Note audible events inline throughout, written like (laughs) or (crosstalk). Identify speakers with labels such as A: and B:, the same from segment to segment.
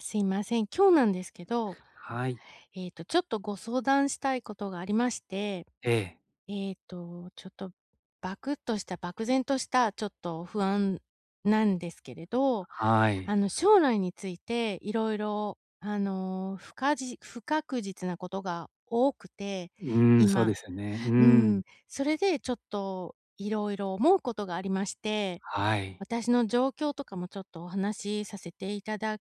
A: すいません。今日なんですけど、
B: はい。
A: ちょっとご相談したいことがありまして、
B: ええ、
A: ちょっとバクッとした、漠然としたちょっと不安なんですけれど、
B: はい。
A: 将来についていろいろ不確実なことが多くて、
B: うーん、そうで
A: 今。
B: すよね。うー
A: うん。
B: ん、
A: それでちょっといろいろ思うことがありまして、
B: はい。
A: 私の状況とかもちょっとお話しさせていただ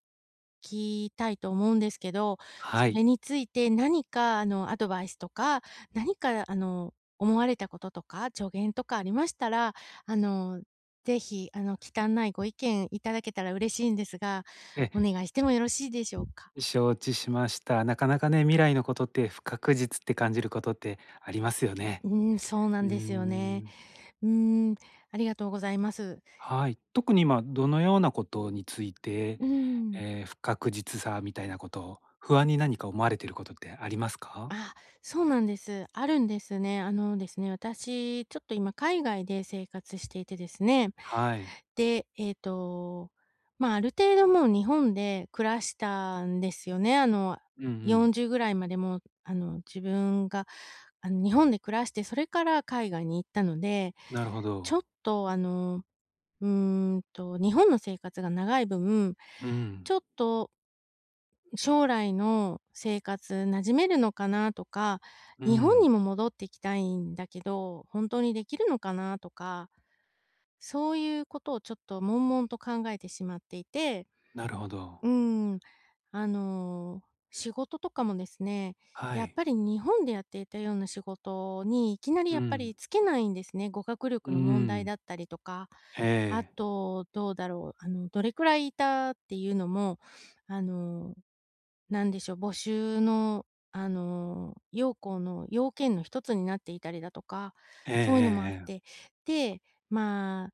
A: きたいと思うんですけど、
B: は
A: それ
B: い。
A: について何かアドバイスとか、何か思われたこととか、助言とかありましたら、あの、ぜひ、忌憚ないご意見いただけたら嬉しいんですが、
B: え、
A: お願いしてもよろしいでしょうか？
B: 承知しました。なかなかね、未来のことって不確実って感じることってありますよね。
A: うん、そうな
B: う
A: ん
B: ー
A: ですよね。
B: ん、
A: うん、ありがとうございます。
B: はい。特に今どのようなことについて、
A: うん。
B: 不確実さみたいなことを、不安に何か思われてることってありますか？
A: あ、そうなんです。あるんですね。あのですね、私、ちょっと今海外で生活していてですね。
B: はい。
A: で、ま、ある程度もう日本で暮らしたんですよね。
B: うんうん。
A: 40ぐらいまでもう、自分が、日本で暮らして、それから海外に行ったので、
B: なるほ
A: ちょ
B: ど。
A: っと日本の生活が長い分、
B: うん。
A: ちょっと将来の生活馴染めるのかなとか、
B: う
A: 日本
B: ん、
A: にも戻ってきたいんだけど、本当にできるのかなとか、そういうことをちょっと悶々と考えてしまっていて、
B: なるほど。
A: うーん、あの、仕事とかもですね、
B: は
A: やっ
B: い。
A: ぱり日本でやっていたような仕事にいきなり
B: う
A: やっぱ
B: ん。
A: りつけないんですね。語学
B: う
A: 力
B: ー
A: の問題
B: ん。
A: だったりとか、
B: え
A: あ
B: え。
A: と、どうだろう、どれくらいいたっていうのも、あの、なんでしょう、募集の、要項の要件の一つになっていたりだとか、
B: えええ
A: そういうのもあっ
B: えええ。
A: て、で、まあ、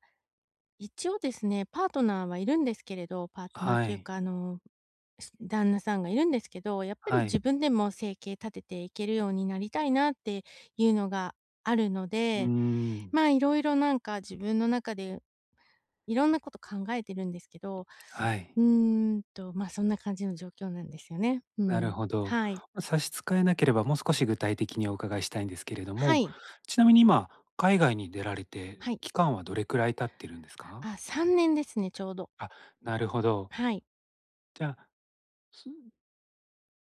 A: 一応ですね、パートナーはいるんですけれど、パートナー
B: は
A: という
B: い。
A: か、旦那さんがいるんですけど、やっぱり
B: は
A: 自
B: い。
A: 分でも生計立てていけるようになりたいなっていうのがあるの
B: うー
A: で、
B: ん。
A: まあ、いろいろなんか自分の中でいろんなこと考えてるんですけど、
B: はい。
A: まあ、そんな感じの状況なんですよね。う
B: な
A: ん。
B: るほど。
A: はい。
B: ま、差し支えなければ、もう少し具体的にお伺いしたいんですけれど
A: は
B: も、
A: い。
B: ちなみに今、海外に出られて、
A: はい。
B: 期間はどれくらい経ってるんですか？
A: あ、3年ですね、ちょうど。
B: あ、なるほど。
A: はい。
B: じゃあ、す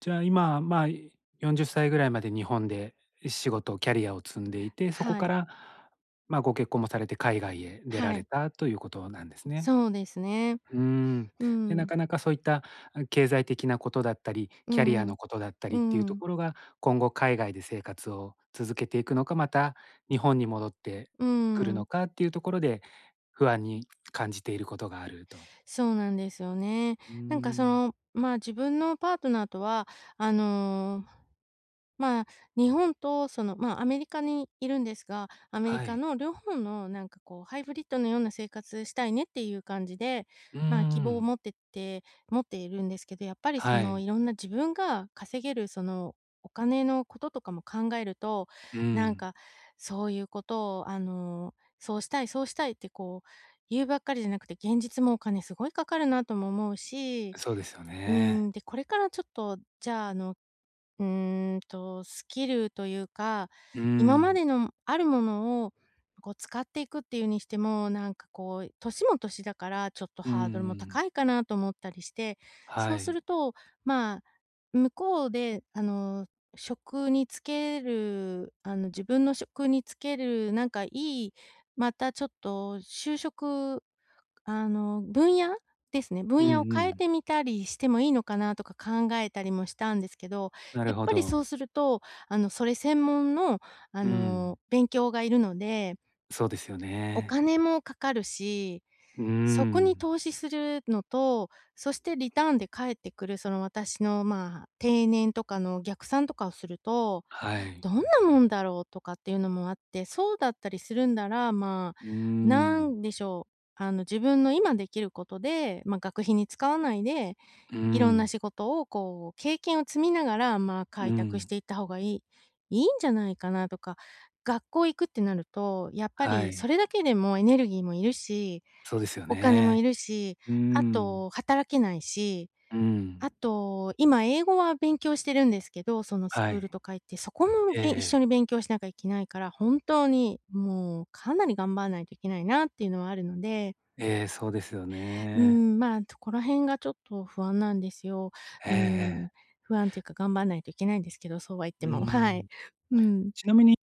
B: じゃあ、今、まあ、40歳ぐらいまで日本で仕事、キャリアを積んでいて、そこ
A: は
B: か
A: い。
B: ら、まあ、ご結婚もされて海外へ出ら
A: は
B: れ
A: い。
B: たということなんですね。
A: そうですね。
B: うーん。
A: う
B: で、な
A: ん。
B: かなかそういった、あ、経済的なことだったり、
A: う
B: キャリア
A: ん。
B: のことだった
A: う
B: りっていうと
A: ん。
B: ころが、今後海外で生活を続けていくのか、また日本に戻って
A: う
B: くる
A: ん。
B: のかっていうところで、不安に感じていることがあると。
A: そうなんですよね。
B: うー
A: なんかそ
B: ん。
A: の、まあ、自分のパートナーとは、あの、まあ、日本とその、まあ、アメリカにいるんですが、アメリ
B: は
A: カ
B: い。
A: の両方のなんかこうハイブリッドのような生活したいねっていう感じで、
B: うー
A: まあ、希望を
B: ん。
A: 持っているんですけど、やっぱりそ
B: は
A: の
B: い。
A: いろんな自分が稼げるそのお金のこととかも考えると、
B: う
A: なん
B: ん。
A: かそういうことをそうしたいそうしたいってこう言うばっかりじゃなくて、現実もお金すごいかかるなとも思うし、
B: そうですよ
A: う
B: ね。
A: ん、で、これからちょっとじゃあ、スキルというか、
B: う
A: 今ま
B: ん。
A: でのあるものを、こう使っていくっていうにしても、なんかこう、年も年だから、ちょっと
B: うんう
A: ハードルも
B: ん
A: 高いかなと思ったりして、そ
B: は
A: うす
B: い。
A: ると、まあ、向こうで、職につける、自分の職につける、なんかいい、またちょっと就職あの、分野ですね。
B: う
A: 分野を
B: んう
A: 変え
B: ん。
A: てみたりしてもいいのかなとか考えたりもしたんですけど、
B: な
A: や
B: る
A: っ
B: ほ
A: ぱりそう
B: ど。
A: すると、それ専門の、
B: うん。
A: 勉強がいるので、
B: そうですよ
A: お
B: ね。
A: 金もかかるし、
B: う
A: そこに
B: ん。
A: 投資するのと、そしてリターンで返ってくる、その私の、まあ、定年とかの逆算とかをすると
B: はい。
A: どんなもんだろうとかっていうのもあって、そうだったりするんなら、ま
B: うー
A: あ、な
B: ん、
A: んでしょう、自分の今できることで、まあ、学費に使わないで、
B: う
A: いろんな
B: ん、
A: 仕事をこう経験を積みながら、まあ、
B: う
A: 開拓し
B: ん、
A: ていった方がいいんじゃないかなとか、学校行くってなると、やっぱ
B: は
A: りそ
B: い、
A: れだけでもエネルギーもいるし、
B: そうですよ
A: お金も
B: ね。
A: いるし、
B: うー
A: あ
B: ん、
A: と働けないし、
B: う
A: あ
B: ん、
A: と、今英語は勉強してるんですけど、そのス
B: は
A: クール
B: い。
A: とか行って、そこも一
B: え
A: 緒に
B: え
A: 勉強しなきゃいけないから、本当にもうかなり頑張らないといけないなっていうのはあるので、
B: ええ、そうですよね。
A: まあ、そこら辺がちょっと不安なんですよ。う
B: え
A: ーん、
B: ええ
A: 不安っていうか頑張らないといけないんですけど、そうは言っ
B: え、
A: て
B: うー
A: も、はい。
B: ん。
A: うん、
B: ちなみに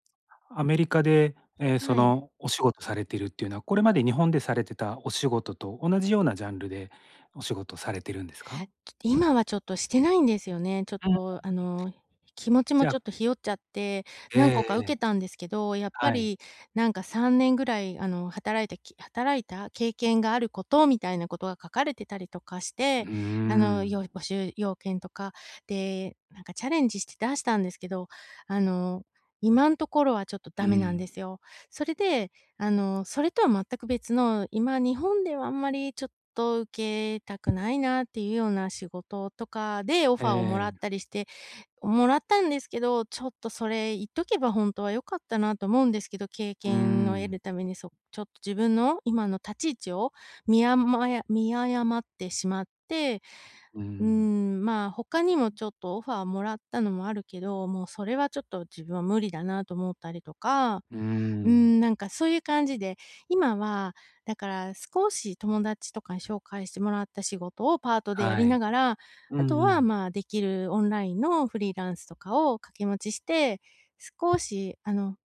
B: アメリカで、そ
A: はい。
B: のお仕事されてるっていうのは、これまで日本でされてたお仕事と同じようなジャンルでお仕事されてるんですか？
A: ちょっと今はちょっとしてないんですよね。ちょっ
B: うん、
A: と気持ちも
B: じゃ
A: ちょ
B: あ
A: っとひよっちゃって、
B: ええ
A: 何個か
B: え
A: 受
B: え、
A: けたんですけど、やっぱ
B: はい。
A: りなんか3年ぐらい働いた経験があることみたいなことが書かれてたりとかし
B: う
A: て、
B: ーん、
A: 募集要件とか、で、なんかチャレンジして出したんですけど、あの、今んところはちょっと
B: う
A: ダメなんで
B: ん、
A: すよ。それでそれとは全く別の、今日本ではあんまりちょっと受けたくないなっていうような仕事とかでオフ
B: え
A: ァーをもらっ
B: え、
A: たりして、もらったんですけど、ちょっとそれ言っとけば本当は良かったなと思うんですけど、経
B: うー
A: 験を得
B: ん、
A: るために、ちょっと自分の今の立ち位置を見誤ってしまって、
B: うん、
A: まあ、他にもちょっとオファーもらったのもあるけど、もうそれはちょっと自分は無理だなと思ったりとか、
B: うーん、
A: なんかそういう感じで、今は、だから少し友達とかに紹介してもらった仕事をパートでや
B: は
A: りな
B: い。
A: がら、
B: う
A: あと
B: んう
A: は、
B: ん。
A: まあ、できるオンラインのフリーランスとかを掛け持ちして、少し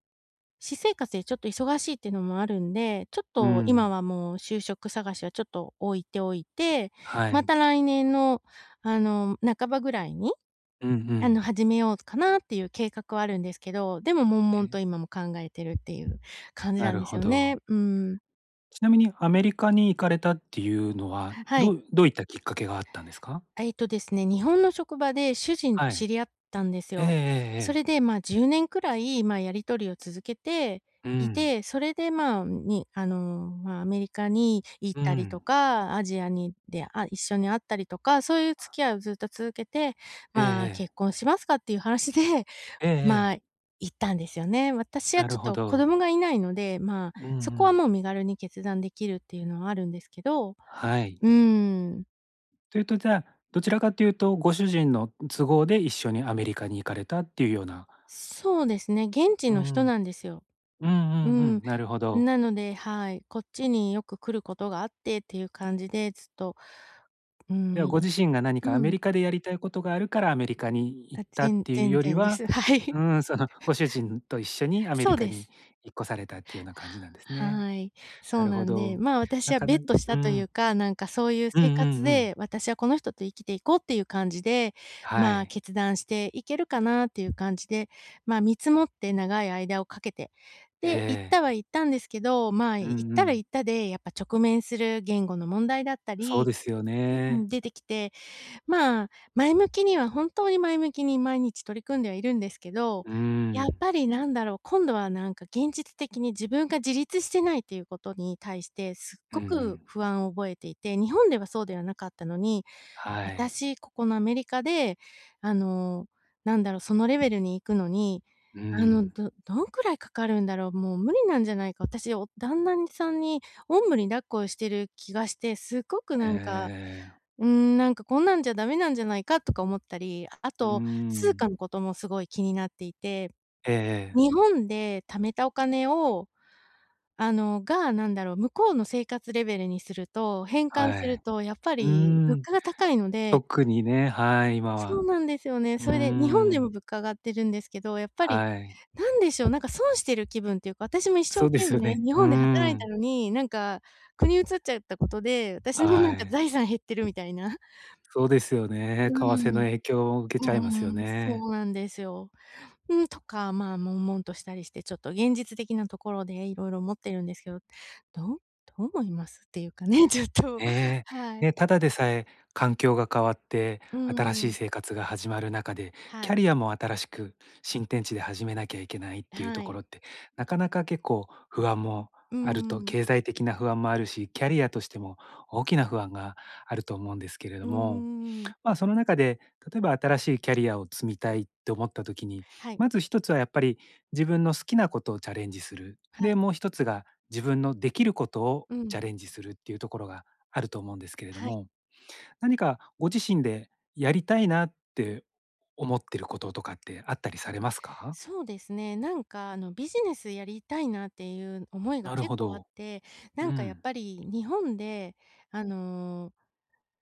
A: 私生活でちょっと忙しいっていうのもあるんで、ちょっ
B: う
A: と今
B: ん。
A: はもう就職探しはちょっと置いておいて、
B: は
A: ま
B: い。
A: た来年の、半ばぐらいに、
B: うんうん。
A: 始めようかなっていう計画はあるんですけど、でも悶々と
B: え
A: 今も考えてるっていう感じな
B: な
A: ん
B: る
A: です
B: ほ
A: よ
B: ど。
A: ね。うん。
B: ちなみにアメリカに行かれたっていうのは、
A: はい。
B: どうどういったきっかけがあったんですか？
A: ですね、日本の職場で主人と
B: は
A: 知
B: い。
A: り合ったんです
B: ええええ
A: よ。そ
B: え
A: れで、
B: え。
A: まあ、10年くらい、まあ、やり取りを続けて
B: う
A: い
B: ん。
A: て、それで、まあ、にあの、まあ、アメリカに行っ
B: う
A: たりと
B: ん。
A: か、アジアにで、あ、一緒に会ったりとか、そういう付き合いをずっと続けて、
B: ええ
A: まあ、
B: え
A: 結
B: え。
A: 婚しますかっていう話で、
B: ええ
A: (laughs) ま
B: え
A: あ、
B: え。
A: 行ったんですよね。私は
B: な
A: ちょ
B: る
A: っ
B: ほ
A: と子
B: ど。
A: 供がいないので、まあ、
B: う
A: そ
B: んう
A: こは
B: ん。
A: もう身軽に決断できるっていうのはあるんですけど、
B: はい。
A: うーん、
B: というと、じゃあ、どちらかというと、ご主人の都合で一緒にアメリカに行かれたっていうような、
A: そうですね、現地
B: う
A: の人
B: ん。
A: なんですよ。
B: うん
A: う
B: うんう
A: ん。
B: ん。なるほど。
A: なので、はい、こっちによく来ることがあってっていう感じで、ずっと、う
B: で
A: ん、
B: は、ご
A: い
B: 自
A: や
B: 身が何かア
A: う
B: メ
A: ん。
B: リカでやりたいことがあるからアメリカに行
A: あ、
B: ったっていう
A: 全
B: より
A: 然で
B: は、
A: す。はい。
B: うーん、その、ご主人と一緒に
A: (laughs)
B: アメ
A: そ
B: リ
A: う
B: カ
A: で
B: に
A: す。
B: 引っ越されたっていうような感じなんですね。
A: はい。そ
B: な
A: う
B: る
A: な
B: ほ
A: んで、
B: ど。
A: まあ、私
B: な
A: は
B: か
A: ベ
B: な
A: ットし
B: う
A: たとい
B: ん。
A: うか、なんかそういう
B: うんう
A: 生
B: ん
A: 活
B: うん。
A: で、私はこの人と生きていこうっていう感じで、
B: は
A: まあ、
B: い。
A: 決断していけるかなっていう感じで、まあ、見積もって長い間をかけて、
B: え
A: で、行った
B: え。
A: は行ったんですけど、まあ、
B: う
A: 行っ
B: んう
A: たら
B: ん。
A: 行ったで、やっぱ直面する言語の問題だった
B: そう
A: り、
B: ですよ
A: う
B: ね。
A: ん、出てきて、まあ、前向きには本当に前向きに毎日取り組んではいるんですけど、
B: う
A: やっ
B: ん。
A: ぱりなんだろう、今度はなんか現実的に自分が自立してないっていうことに対してすっ
B: うん
A: ご
B: う
A: く
B: ん。
A: 不安を覚えていて、日本ではそうではなかったのに、
B: はい。
A: 私、ここのアメリカで、あの、なんだろう、そのレベルに行くのに、
B: うん。
A: どんくらいかかるんだろう、もう無理なんじゃないか、私、お旦那さんにおんぶに抱っこをしてる気がして、すっごく
B: え
A: なんか
B: え。
A: なんかこんなんじゃダメなんじゃないかとか思ったり、あ
B: う
A: と通貨
B: ん。
A: のこともすごい気になっていて、
B: えええ。
A: 日本で貯めたお金を、が、なんだろう、向こうの生活レベルにすると、変換
B: は
A: する
B: い。
A: とやっぱ
B: うー
A: り物
B: ん。
A: 価が高いので。
B: 特にね、はい、今
A: そ
B: は。
A: うなんですよね。
B: うー
A: それで日本でも
B: ん。
A: 物価上がってるんですけど、やっぱり、
B: はい。
A: なんでしょう、なんか損してる気分っていうか、私も一生
B: そうで
A: 懸
B: すよ
A: 命
B: ね。
A: 日
B: うー
A: 本で働いた
B: ん。
A: のに、なんか国移っちゃったことで、私のな
B: は
A: んか
B: い。
A: 財産減ってるみたいな。
B: そうですよ
A: う
B: ね。為替
A: ー
B: の
A: ん。
B: 影響を受け
A: う
B: ちゃいますよ
A: んうん、そ
B: ね。
A: うなんですよ。うん、とか、まあ、悶々としたりして、ちょっと現実的なところでいろいろ思ってるんですけど、どう思います？っていうかね、(laughs) ちょっと、
B: ね
A: は
B: え。
A: い。
B: ね、ただでさえ環境が変わって、
A: う
B: 新しい
A: ん。
B: 生活が始まる中で、
A: は
B: キャ
A: い、
B: リアも新しく新天地で始めなきゃいけないっていうと
A: は
B: こ
A: い。
B: ろって、なかなか結構不安も
A: う
B: ある
A: ん
B: と、
A: うん
B: 経済的な不安もあるし、キャリアとしても大きな不安があると思うんですけれど
A: う
B: も。
A: んうん。
B: まあ、その中で、例えば新しいキャリアを積みたいって思った時に、
A: はい、
B: まず一つはやっぱり自分の好きなことをチャレンジする。
A: は
B: で、
A: い。
B: もう一つが自分のできることを
A: うん。
B: チャレンジするっていうところがあると思うんですけれど
A: はい。
B: も、何かご自身でやりたいなって思ってることとかってあったりされますか？
A: そうですね、なんか、ビジネスやりたいなっていう思いが
B: なる
A: 結
B: ほ
A: 構あっ
B: ど。
A: て、な
B: う
A: んかやっ
B: ん、
A: ぱり日本で、あの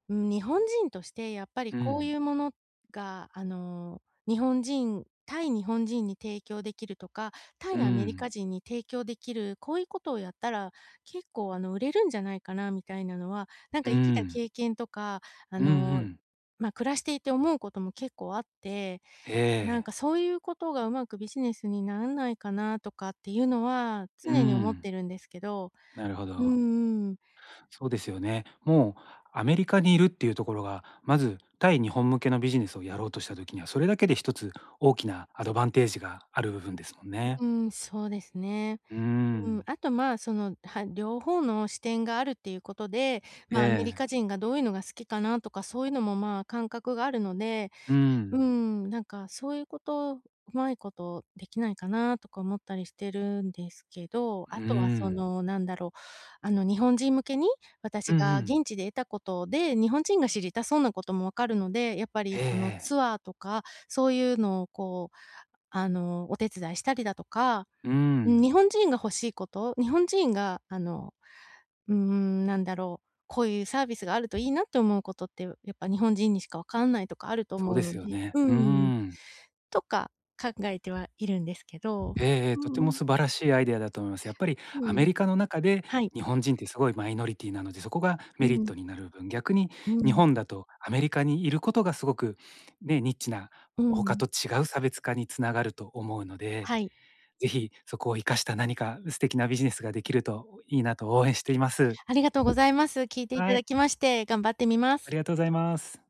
A: うん、日本人としてやっぱり
B: う
A: こうい
B: ん、
A: うものが、日本人対日本人に提供できるとか、
B: う
A: 対アメリカ
B: ん、
A: 人に提供できる、こういうことをやったら結構、売れるんじゃないかなみたいなのは、なんか
B: う
A: 生きた
B: ん、
A: 経験とか、あ
B: うんう
A: の、
B: ん。
A: まあ、暮らしていて思うことも結構あって、
B: え
A: なん
B: え。
A: かそういうことがうまくビジネスにならないかなとかっていうのは
B: う
A: 常に思っ
B: ん、
A: てるんですけど。
B: なるほ
A: う
B: ど。
A: んうん。
B: そうですよね。もうアメリカにいるっていうところが、まず対日本向けのビジネスをやろうとした時には、それだけで一つ大きなアドバンテージがある部分ですもんね。
A: うん、そうですね。
B: うー
A: うん、
B: ん。
A: あと、まあ、その、は両方の視点があるっていうことで、
B: え
A: まあ、アメリカ
B: え。
A: 人がどういうのが好きかなとか、そういうのも、まあ、感覚があるので、
B: う
A: う
B: ん。
A: ん、なんかそういうこと、うまいことできないかなとか思ったりしてるんですけど、あ
B: うー
A: とはそ
B: ん。
A: の、なんだろう、日本人向けに
B: う
A: 私
B: んう
A: が
B: ん。
A: 現地で得たことで、日本人が知りたそうなこともわかるので、やっぱ
B: え
A: り
B: え
A: その
B: ええ。
A: ツアーとか、そういうのをこう、お手伝いしたりだとか、
B: うー
A: うん、
B: ん。
A: 日本人が欲しいこと、日本人がなんだろう、こういうサービスがあるといいなって思うことって、やっぱ日本人にしかわかんないとかあると
B: そう
A: 思う
B: です
A: の
B: よ
A: で、
B: ね。うー
A: うん、
B: ん。
A: とか考えてはいるんですけど。
B: ええええ、
A: う
B: と
A: ん
B: て
A: う
B: も
A: ん、
B: 素晴らしいアイデアだと思います。やっぱりアメリカの中で
A: はい。
B: 日本人ってすごいマイノリティなので、そこが
A: う
B: メリッ
A: ん、
B: トになる分、逆に
A: う
B: 日
A: ん、
B: 本だとアメリカにいることがすごく、ね、ニッチな
A: う
B: 他
A: ん。
B: と違う差別化につながると思うので、
A: はい。
B: ぜひそこを生かした何か素敵なビジネスができるといいなと応援しています。
A: ありがとうございます。聞いていた
B: は
A: だ
B: い、
A: きまして、頑張ってみま
B: あ
A: す。
B: りがとうございます。